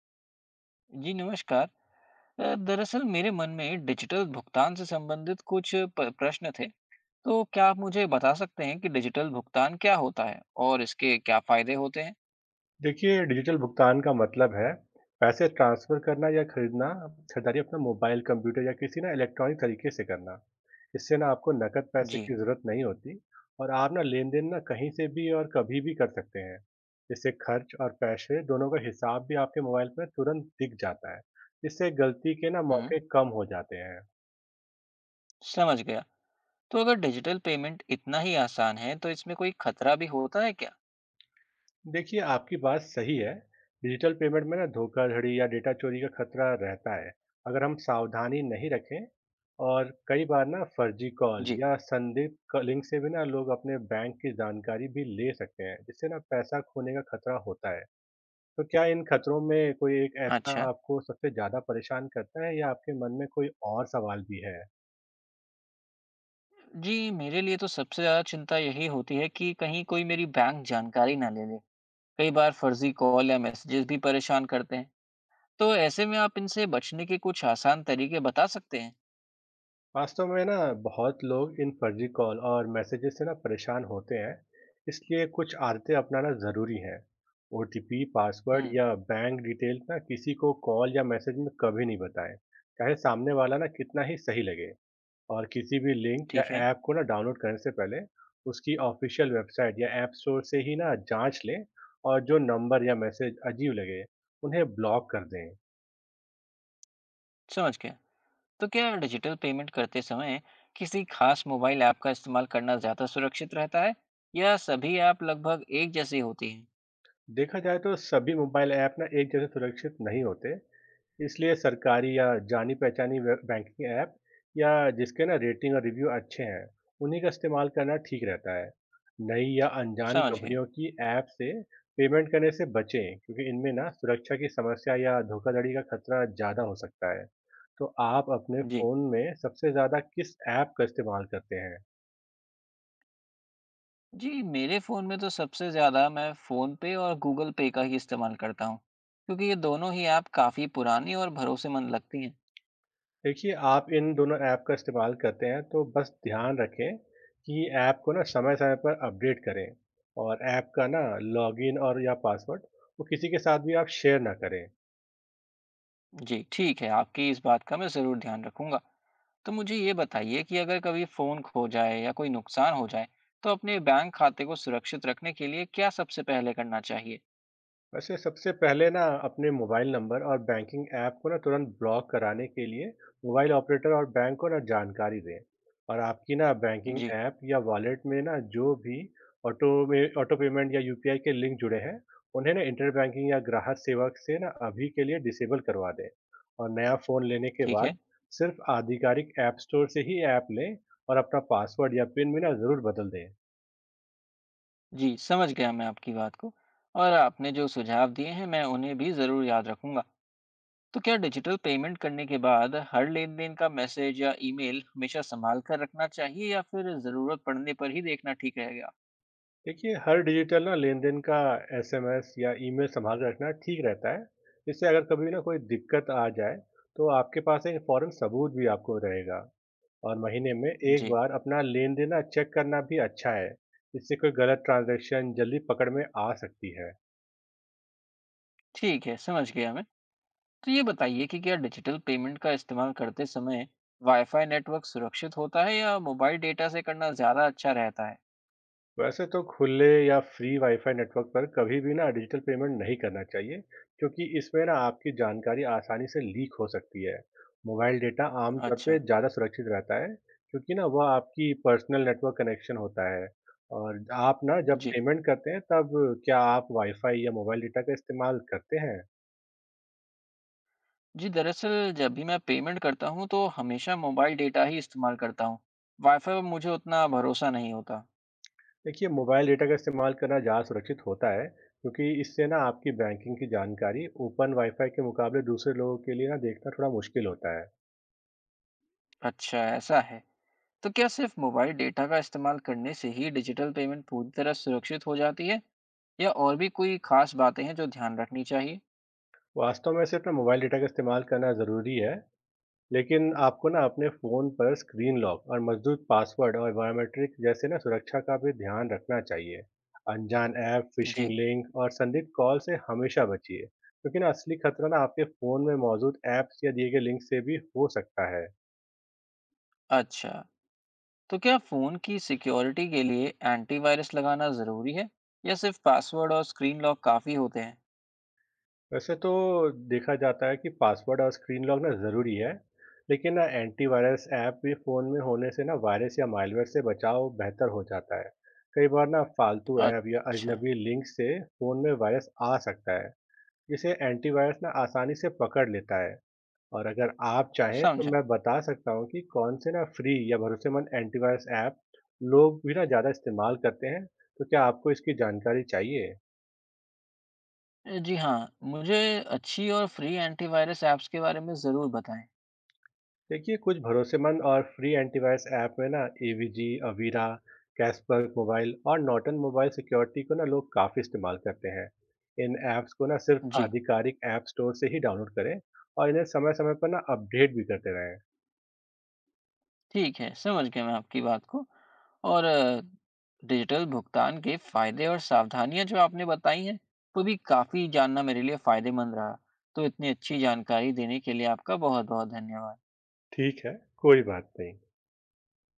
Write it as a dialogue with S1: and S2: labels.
S1: जी नमस्कार। दरअसल मेरे मन में डिजिटल भुगतान से संबंधित कुछ प प्रश्न थे। तो क्या आप मुझे बता सकते हैं कि डिजिटल भुगतान क्या होता है और इसके क्या फ़ायदे होते हैं?
S2: देखिए, डिजिटल भुगतान का मतलब है पैसे ट्रांसफ़र करना या खरीदना खरीदारी अपना मोबाइल, कंप्यूटर या किसी ना इलेक्ट्रॉनिक तरीके से करना। इससे ना आपको नकद पैसे
S1: जी।
S2: की ज़रूरत नहीं होती और आप ना लेन-देन ना कहीं से भी और कभी भी कर सकते हैं। इससे खर्च और पैसे दोनों का हिसाब भी आपके मोबाइल में तुरंत दिख जाता है। इससे गलती के ना
S1: हुँ,
S2: मौके कम हो जाते हैं।
S1: समझ गया। तो अगर डिजिटल पेमेंट इतना ही आसान है तो इसमें कोई खतरा भी होता है क्या?
S2: देखिए, आपकी बात सही है। डिजिटल पेमेंट में ना धोखाधड़ी या डेटा चोरी का खतरा रहता है, अगर हम सावधानी नहीं रखें। और कई बार ना फर्जी कॉल
S1: जी,
S2: या संदिग्ध क लिंक से भी ना लोग अपने बैंक की जानकारी भी ले सकते हैं, जिससे ना पैसा खोने का खतरा होता है। तो क्या इन खतरों में कोई एक ऐसा
S1: अच्छा।
S2: आपको सबसे ज़्यादा परेशान करता है या आपके मन में कोई और सवाल भी है?
S1: जी, मेरे लिए तो सबसे ज़्यादा चिंता यही होती है कि कहीं कोई मेरी बैंक जानकारी ना ले ले। कई बार फर्ज़ी कॉल या मैसेजेस भी परेशान करते हैं। तो ऐसे में आप इनसे बचने के कुछ आसान तरीके बता सकते हैं।
S2: वास्तव में ना बहुत लोग इन फर्जी कॉल और मैसेजेस से ना परेशान होते हैं, इसलिए कुछ आदतें अपनाना ज़रूरी है। ओटीपी पासवर्ड
S1: हम्म।
S2: या बैंक डिटेल ना किसी को कॉल या मैसेज में कभी नहीं बताएं, चाहे सामने वाला ना कितना ही सही लगे। और किसी भी लिंक या
S1: ठीक है,
S2: ऐप को ना डाउनलोड करने से पहले उसकी ऑफिशियल वेबसाइट या ऐप स्टोर से ही ना जांच लें, और जो नंबर या मैसेज अजीब लगे उन्हें ब्लॉक कर दें।
S1: समझ गया। तो क्या डिजिटल पेमेंट करते समय किसी खास मोबाइल ऐप का इस्तेमाल करना ज़्यादा सुरक्षित रहता है या सभी ऐप लगभग एक जैसी होती हैं।
S2: देखा जाए तो सभी मोबाइल ऐप ना एक जैसे सुरक्षित नहीं होते। इसलिए सरकारी या जानी पहचानी बैंकिंग ऐप या जिसके ना रेटिंग और रिव्यू अच्छे हैं, उन्हीं का इस्तेमाल करना ठीक रहता है। नई या अनजान
S1: समझ गया।
S2: कंपनियों की ऐप से पेमेंट करने से बचें, क्योंकि इनमें ना सुरक्षा की समस्या या धोखाधड़ी का खतरा ज़्यादा हो सकता है। तो आप अपने
S1: जी,
S2: फ़ोन में सबसे ज़्यादा किस ऐप का इस्तेमाल करते हैं?
S1: जी मेरे फ़ोन में तो सबसे ज़्यादा मैं फ़ोन पे और गूगल पे का ही इस्तेमाल करता हूँ क्योंकि ये दोनों ही ऐप काफ़ी पुरानी और भरोसेमंद लगती हैं।
S2: देखिए, आप इन दोनों ऐप का इस्तेमाल करते हैं, तो बस ध्यान रखें कि ऐप को ना समय-समय पर अपडेट करें, और ऐप का ना लॉगिन और या पासवर्ड वो किसी के साथ भी आप शेयर ना करें।
S1: जी ठीक है, आपकी इस बात का मैं ज़रूर ध्यान रखूंगा। तो मुझे ये बताइए कि अगर कभी फ़ोन खो जाए या कोई नुकसान हो जाए तो अपने बैंक खाते को सुरक्षित रखने के लिए क्या सबसे पहले करना चाहिए।
S2: वैसे सबसे पहले ना अपने मोबाइल नंबर और बैंकिंग ऐप को ना तुरंत ब्लॉक कराने के लिए मोबाइल ऑपरेटर और बैंक को ना जानकारी दें। और आपकी ना बैंकिंग
S1: जी।
S2: ऐप या वॉलेट में ना जो भी ऑटो पेमेंट या यूपीआई के लिंक जुड़े हैं, उन्हें ना इंटर बैंकिंग या ग्राहक सेवक से ना अभी के लिए डिसेबल करवा दें। और नया फ़ोन लेने के
S1: ठीक है।
S2: बाद सिर्फ आधिकारिक ऐप स्टोर से ही ऐप लें, और अपना पासवर्ड या पिन भी ना ज़रूर बदल दें।
S1: जी समझ गया मैं आपकी बात को, और आपने जो सुझाव दिए हैं मैं उन्हें भी ज़रूर याद रखूंगा। तो क्या डिजिटल पेमेंट करने के बाद हर लेन देन का मैसेज या ईमेल हमेशा संभाल कर रखना चाहिए या फिर ज़रूरत पड़ने पर ही देखना ठीक रहेगा?
S2: देखिए, हर डिजिटल ना लेन-देन का एसएमएस या ईमेल सँभाल के रखना ठीक रहता है। इससे अगर कभी ना कोई दिक्कत आ जाए, तो आपके पास एक फ़ौरन सबूत भी आपको रहेगा। और महीने में एक
S1: जी।
S2: बार अपना लेन-देन ना चेक करना भी अच्छा है। इससे कोई गलत ट्रांज़ैक्शन जल्दी पकड़ में आ सकती है।
S1: ठीक है, समझ गया मैं। तो ये बताइए कि क्या डिजिटल पेमेंट का इस्तेमाल करते समय वाईफाई नेटवर्क सुरक्षित होता है या मोबाइल डेटा से करना ज़्यादा अच्छा रहता है?
S2: वैसे तो खुले या फ्री वाईफाई नेटवर्क पर कभी भी ना डिजिटल पेमेंट नहीं करना चाहिए, क्योंकि इसमें ना आपकी जानकारी आसानी से लीक हो सकती है। मोबाइल डेटा आमतौर
S1: अच्छा।
S2: पे ज़्यादा सुरक्षित रहता है, क्योंकि ना वह आपकी पर्सनल नेटवर्क कनेक्शन होता है। और आप ना जब
S1: जी।
S2: पेमेंट करते हैं तब क्या आप वाईफाई या मोबाइल डेटा का इस्तेमाल करते हैं?
S1: जी, दरअसल जब भी मैं पेमेंट करता हूँ तो हमेशा मोबाइल डेटा ही इस्तेमाल करता हूँ। वाईफाई पर मुझे उतना भरोसा नहीं होता।
S2: देखिए, मोबाइल डेटा का इस्तेमाल करना ज़्यादा सुरक्षित होता है, क्योंकि इससे ना आपकी बैंकिंग की जानकारी ओपन वाईफाई के मुकाबले दूसरे लोगों के लिए ना देखना थोड़ा मुश्किल होता है।
S1: अच्छा, ऐसा है। तो क्या सिर्फ मोबाइल डेटा का इस्तेमाल करने से ही डिजिटल पेमेंट पूरी तरह सुरक्षित हो जाती है? या और भी कोई खास बातें हैं जो ध्यान रखनी चाहिए?
S2: वास्तव में सिर्फ ना मोबाइल डेटा का इस्तेमाल करना ज़रूरी है, लेकिन आपको ना अपने फ़ोन पर स्क्रीन लॉक और मजबूत पासवर्ड और बायोमेट्रिक जैसे ना सुरक्षा का भी ध्यान रखना चाहिए। अनजान ऐप, फ़िशिंग
S1: जी,
S2: लिंक और संदिग्ध कॉल से हमेशा बचिए, क्योंकि ना असली खतरा ना आपके फ़ोन में मौजूद ऐप्स या दिए गए लिंक से भी हो सकता है।
S1: अच्छा। तो क्या फोन की सिक्योरिटी के लिए एंटीवायरस लगाना जरूरी है या सिर्फ पासवर्ड और स्क्रीन लॉक काफी होते हैं?
S2: वैसे तो देखा जाता है कि पासवर्ड और स्क्रीन लॉक ना ज़रूरी है, लेकिन ना एंटीवायरस ऐप भी फ़ोन में होने से ना वायरस या मालवेयर से बचाव बेहतर हो जाता है। कई बार ना फालतू ऐप या
S1: अच्छा।
S2: अजनबी लिंक से फ़ोन में वायरस आ सकता है, जिसे एंटीवायरस ना आसानी से पकड़ लेता है। और अगर आप चाहें तो
S1: समझा।
S2: मैं बता सकता हूँ कि कौन से ना फ्री या भरोसेमंद एंटीवायरस ऐप लोग भी ना ज़्यादा इस्तेमाल करते हैं, तो क्या आपको इसकी जानकारी चाहिए?
S1: जी हाँ, मुझे अच्छी और फ्री एंटीवायरस ऐप्स के बारे में जरूर बताएं।
S2: देखिए, कुछ भरोसेमंद और फ्री एंटीवायरस ऐप में ना एवीजी, अवीरा, कैशबर्ग मोबाइल और नॉर्टन मोबाइल सिक्योरिटी को ना लोग काफ़ी इस्तेमाल करते हैं। इन ऐप्स को ना सिर्फ
S1: जी
S2: आधिकारिक ऐप स्टोर से ही डाउनलोड करें, और इन्हें समय समय पर ना अपडेट भी करते रहें।
S1: ठीक है, समझ गया मैं आपकी बात को। और डिजिटल भुगतान के फायदे और सावधानियां जो आपने बताई हैं वो भी काफी जानना मेरे लिए फायदेमंद रहा। तो इतनी अच्छी जानकारी देने के लिए आपका बहुत बहुत धन्यवाद।
S2: ठीक है, कोई बात नहीं।